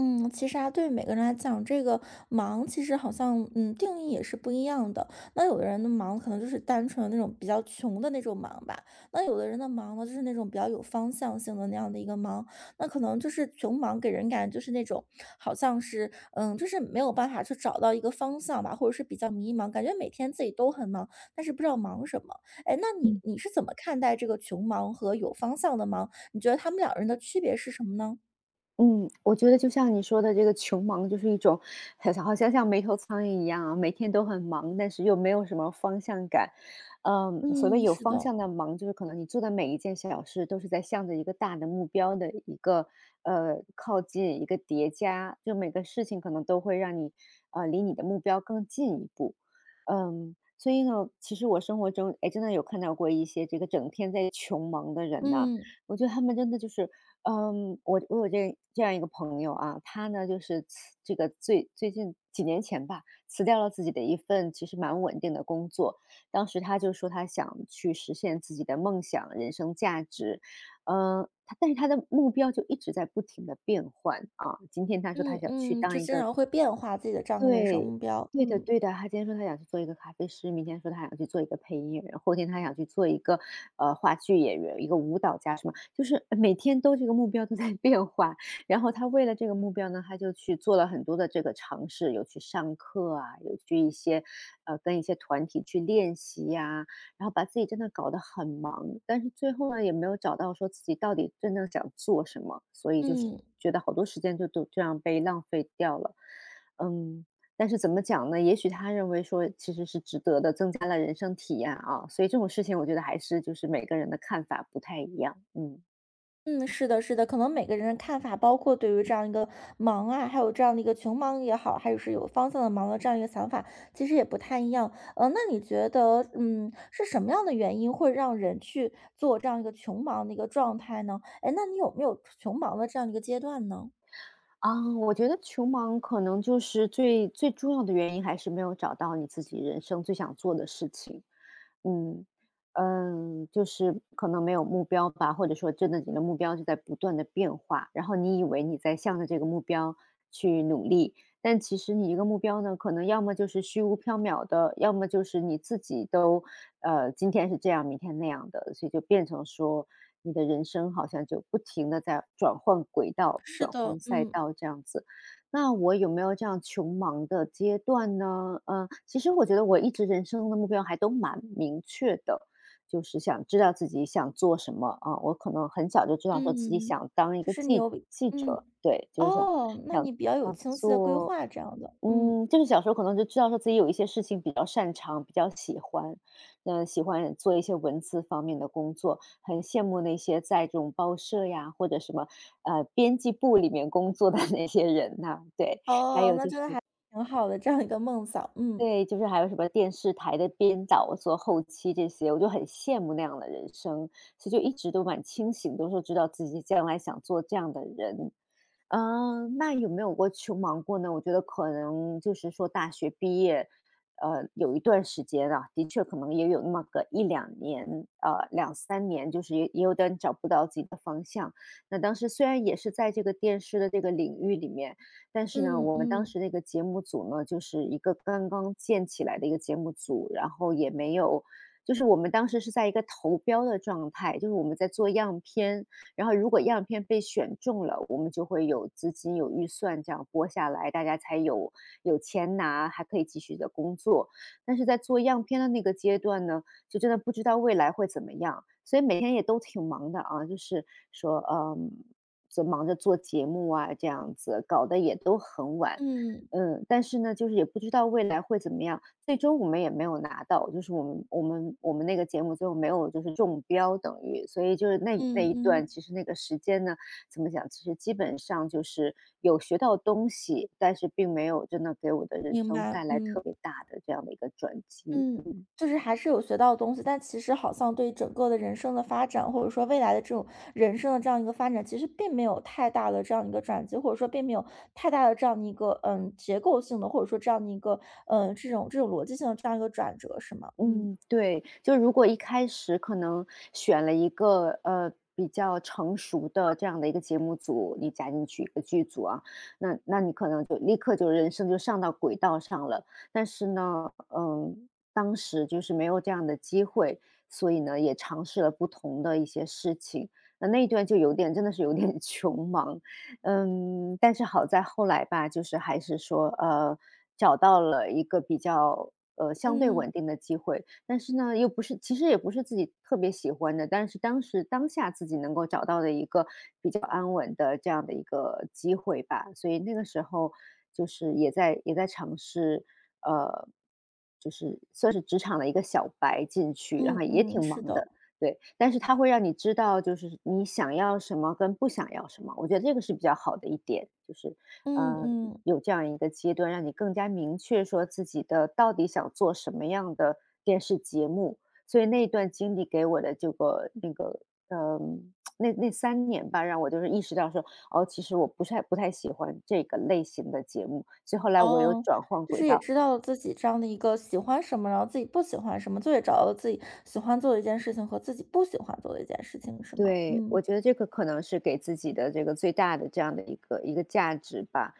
嗯，其实啊，对于每个人来讲，这个忙其实好像，定义也是不一样的。那有的人的忙可能就是单纯的那种比较穷的那种忙吧，那有的人的忙呢，就是那种比较有方向性的那样的一个忙。那可能就是穷忙给人感觉就是那种好像是，就是没有办法去找到一个方向吧，或者是比较迷茫，感觉每天自己都很忙，但是不知道忙什么。哎，那你嗯你是怎么看待这个穷忙和有方向的忙？你觉得他们两人的区别是什么呢？嗯，我觉得就像你说的这个穷忙，就是一种好像像没头苍蝇一样啊，每天都很忙，但是又没有什么方向感。嗯，所谓嗯，有是方的。向的忙，就是可能你做的每一件小事都是在向着一个大的目标的一个靠近，一个叠加，就每个事情可能都会让你离你的目标更进一步。嗯，所以呢，其实我生活中哎真的有看到过一些这个整天在穷忙的人呐、嗯，我觉得他们真的就是嗯，我有这样一个朋友啊，他呢就是辞这个最近几年前吧，辞掉了自己的一份其实蛮稳定的工作。当时他就说他想去实现自己的梦想、人生价值，嗯，他但是他的目标就一直在不停的变换啊。今天他说他嗯想去嗯，就当一经个常会变化自己的这样一个人生对，目标，对的嗯，对的，他今天说他想去做一个咖啡师，明天说他想去做一个配音演员，后天他想去做一个话剧演员，一个舞蹈家什么，就是每天都这个目标都在 变化。然后他为了这个目标呢，他就去做了很多的这个尝试，有去上课啊，有去一些跟一些团体去练习呀、然后把自己真的搞得很忙，但是最后呢也没有找到说自己到底真正想做什么，所以就嗯，是觉得好多时间就都这样被浪费掉了。嗯，但是怎么讲呢？也许他认为说其实是值得的，增加了人生体验啊。所以这种事情，我觉得还是就是每个人的看法不太一样。嗯。嗯，是的，是的，可能每个人的看法，包括对于这样一个忙啊，还有这样的一个穷忙也好，还有是有方向的忙的这样一个想法，其实也不太一样。那你觉得，是什么样的原因会让人去做这样一个穷忙的一个状态呢？哎，那你有没有穷忙的这样一个阶段呢？啊，我觉得穷忙可能就是最重要的原因，还是没有找到你自己人生最想做的事情。嗯嗯，就是可能没有目标吧，或者说真的你的目标就在不断的变化，然后你以为你在向着这个目标去努力，但其实你一个目标呢，可能要么就是虚无缥缈的，要么就是你自己都今天是这样，明天那样的，所以就变成说你的人生好像就不停的在转换轨道、是转的，换赛嗯。道这样子。那我有没有这样穷忙的阶段呢？嗯，其实我觉得我一直人生的目标还都蛮明确的，就是想知道自己想做什么啊。我可能很小就知道说自己嗯嗯，想当一就个是你记有，记嗯。者，对，就是哦，那想你比较有想清晰的规做划这样的，嗯，嗯，就是小时候可能就知道说自己有一些事情比较擅长，比较喜欢，嗯，喜欢做一些文字方面的工作，很羡慕那些在这种报社呀，或者什么编辑部里面工作的 那些人呐、对，还哦，有那就真是的还挺好的，这样一个梦想，嗯，对，就是还有什么电视台的编导做后期这些，我就很羡慕那样的人生，所以就一直都蛮清醒，都说知道自己将来想做这样的人，嗯，那有没有过穷忙过呢？我觉得可能就是说大学毕业，有一段时间啊，的确可能也有那么个一两年，两三年，就是也有点找不到自己的方向。那当时虽然也是在这个电视的这个领域里面，但是呢，嗯我们当嗯时那个节目组呢，就是一个刚刚建起来的一个节目组，然后也没有，就是我们当时是在一个投标的状态，就是我们在做样片。然后如果样片被选中了，我们就会有资金、有预算这样拨下来，大家才有钱拿，还可以继续的工作。但是在做样片的那个阶段呢，就真的不知道未来会怎么样，所以每天也都挺忙的啊，就是说，嗯，就忙着做节目啊，这样子搞得也都很晚。嗯嗯，但是呢，就是也不知道未来会怎么样，最终我们也没有拿到，就是我们那个节目最后没有就是中标，等于，所以就是嗯那一段，嗯，其实那个时间呢，怎么讲，其实基本上就是有学到东西，但是并没有真的给我的人明生白，带来嗯特别大的这样的一个转机。嗯，就是还是有学到东西，但其实好像对整个的人生的发展，或者说未来的这种人生的这样一个发展，其实并没有太大的这样一个转机，或者说并没有太大的这样的一个结构性的，或者说这样的一个这种逻辑性的这样一个转折，是吗？嗯嗯，对，就如果一开始可能选了一个比较成熟的这样的一个节目组，你加进去一个剧组啊，那你可能就立刻就人生就上到轨道上了。但是呢，嗯，当时就是没有这样的机会，所以呢也尝试了不同的一些事情。那一段就有点真的是有点 穷忙，嗯，但是好在后来吧，就是还是说找到了一个比较相对嗯稳定的机会，但是呢，又不是其实也不是自己特别喜欢的，但是当时当下自己能够找到的一个比较安稳的这样的一个机会吧。所以那个时候就是也在尝试，呃，就是算是职场的一个小白进去，然嗯后也嗯，挺是忙的，的，对。但是它会让你知道，就是你想要什么跟不想要什么，我觉得这个是比较好的一点，就是嗯呃，嗯。有这样一个阶段，让你更加明确说自己的到底想做什么样的电视节目。所以那一段经历给我的这个那个，嗯，那三年吧，让我就是意识到说，哦，其实我不太喜欢这个类型的节目，所以后来我有哦，转换就轨是也道。知道了自己这样的一个喜欢什么，然后自己不喜欢什么，就也找到了自己喜欢做的一件事情和自己不喜欢做的一件事情，是吗？对，嗯，我觉得这个可能是给自己的这个最大的这样的一个价值吧，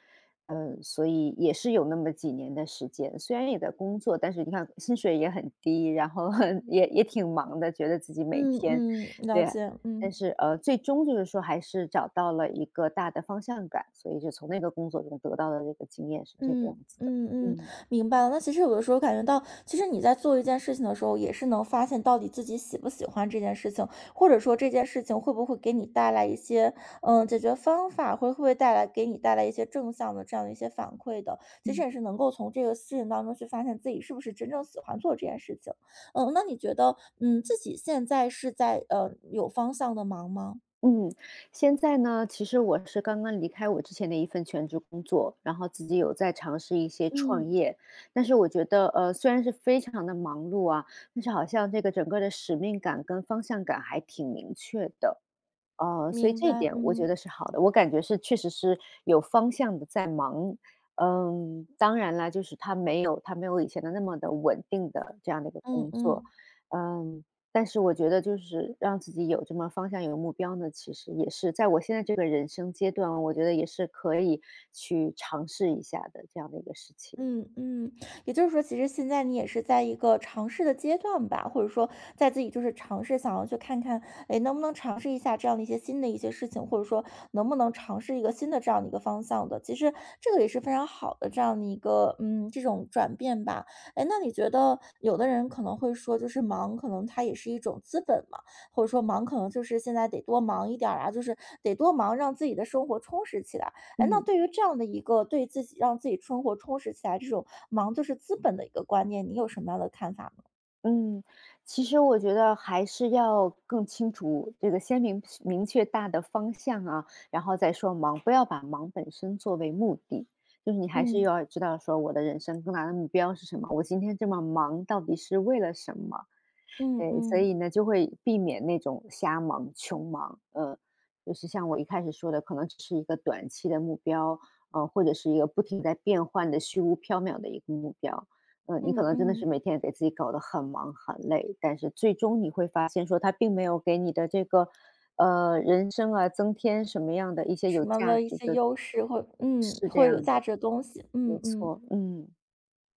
嗯，所以也是有那么几年的时间，虽然也在工作，但是你看薪水也很低，然后 也挺忙的，觉得自己每嗯天，嗯，了对，解，但嗯。是最终就是说还是找到了一个大的方向感，所以就从那个工作中得到的这个经验是这个样嗯子的，嗯嗯，嗯。明白了。那其实有的时候感觉到，其实你在做一件事情的时候，也是能发现到底自己喜不喜欢这件事情，或者说这件事情会不会给你带来一些解决方法，会不会带来给你带来一些正向的这样的一些反馈的。其实嗯。也是能够从这个事情当中去发现自己是不是真正喜欢做这件事情。嗯，那你觉得自己现在是在有方向的忙吗？嗯，现在呢，其实我是刚刚离开我之前的一份全职工作，然后自己有在尝试一些创嗯，业。但是我觉得，虽然是非常的忙碌啊，但是好像这个整个的使命感跟方向感还挺明确的。呃，所以明这一白。点我觉得嗯是好的，我感觉是确实是有方向的在忙。嗯，当然啦，就是他没有以前的那么的稳定的这样的一个嗯工作。嗯。嗯，但是我觉得就是让自己有这么方向、有目标呢，其实也是在我现在这个人生阶段，我觉得也是可以去尝试一下的这样的一个事情。嗯嗯，也就是说，其实现在你也是在一个尝试的阶段吧，或者说在自己就是尝试，想要去看看，哎，能不能尝试一下这样的一些新的一些事情，或者说能不能尝试一个新的这样的一个方向的。其实这个也是非常好的这样的一个，这种转变吧。哎，那你觉得有的人可能会说，就是忙，可能它也是一种资本嘛，或者说忙可能就是现在得多忙一点儿啊，就是得多忙，让自己的生活充实起来。哎，那嗯。对于这样的一个对自己让自己生活充实起来这种“忙就是资本”的一个观念，你有什么样的看法吗？嗯，其实我觉得还是要更清楚这个先明确大的方向啊，然后再说忙，不要把忙本身作为目的。就是你还是要知道说我的人生更大的目标是什么，我今天这么忙到底是为了什么？嗯对，所嗯，以呢，就会避免那种瞎忙、穷忙。呃，就是像我一开始说的，可能只是一个短期的目标，或者是一个不停在变换的虚无缥缈的一个目标。嗯，你嗯可嗯能真的是嗯，每天给自己搞得很忙很累，但是最终你会发现说它并没有给你的这个，人生啊，增添什么样的一些什有么价的一值些的优势或是这会有样价的，值的东西，没嗯嗯。错，嗯。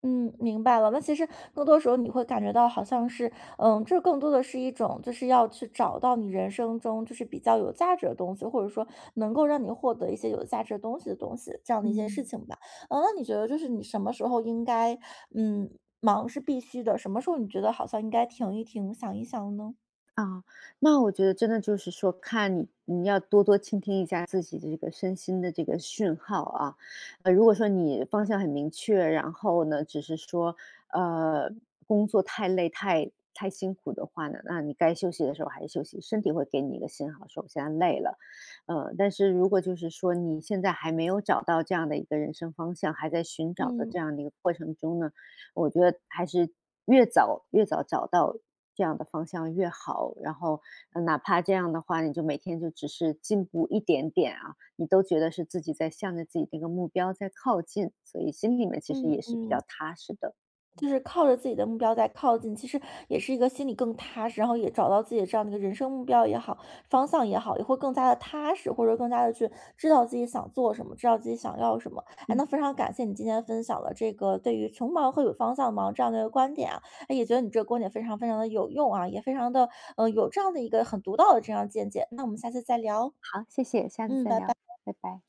嗯，明白了。那其实更多时候你会感觉到好像是，这更多的是一种，就是要去找到你人生中就是比较有价值的东西，或者说能够让你获得一些有价值的东西的东西，这样的一些事嗯。情吧。嗯，那你觉得就是你什么时候应该，嗯，忙是必须的，什么时候你觉得好像应该停一停，想一想呢？啊，那我觉得真的就是说，看你要多多倾听一下自己的这个身心的这个讯号啊。呃，如果说你方向很明确，然后呢，只是说，呃，工作太累、太辛苦的话呢，那你该休息的时候还是休息，身体会给你一个信号，说我现在累了。呃，但是如果就是说你现在还没有找到这样的一个人生方向，还在寻找的嗯这样的一个过程中呢，我觉得还是越早找到这样的方向越好。然后，哪怕这样的话，你就每天就只是进步一点点啊，你都觉得是自己在向着自己那个目标在靠近，所以心里面其实嗯也是比较嗯。踏实的。就是靠着自己的目标在靠近，其实也是一个心里更踏实，然后也找到自己的这样的一个人生目标也好，方向也好，也会更加的踏实，或者更加的去知道自己想做什么，知道自己想要什么。哎，嗯，那非常感谢你今天分享了这个对于“穷忙”和“有方向忙”这样的一个观点啊，哎，也觉得你这个观点非常非常的有用啊，也非常的有这样的一个很独到的这样见解。那我们下次再聊，好，谢谢，下次嗯，再拜聊，拜。拜拜。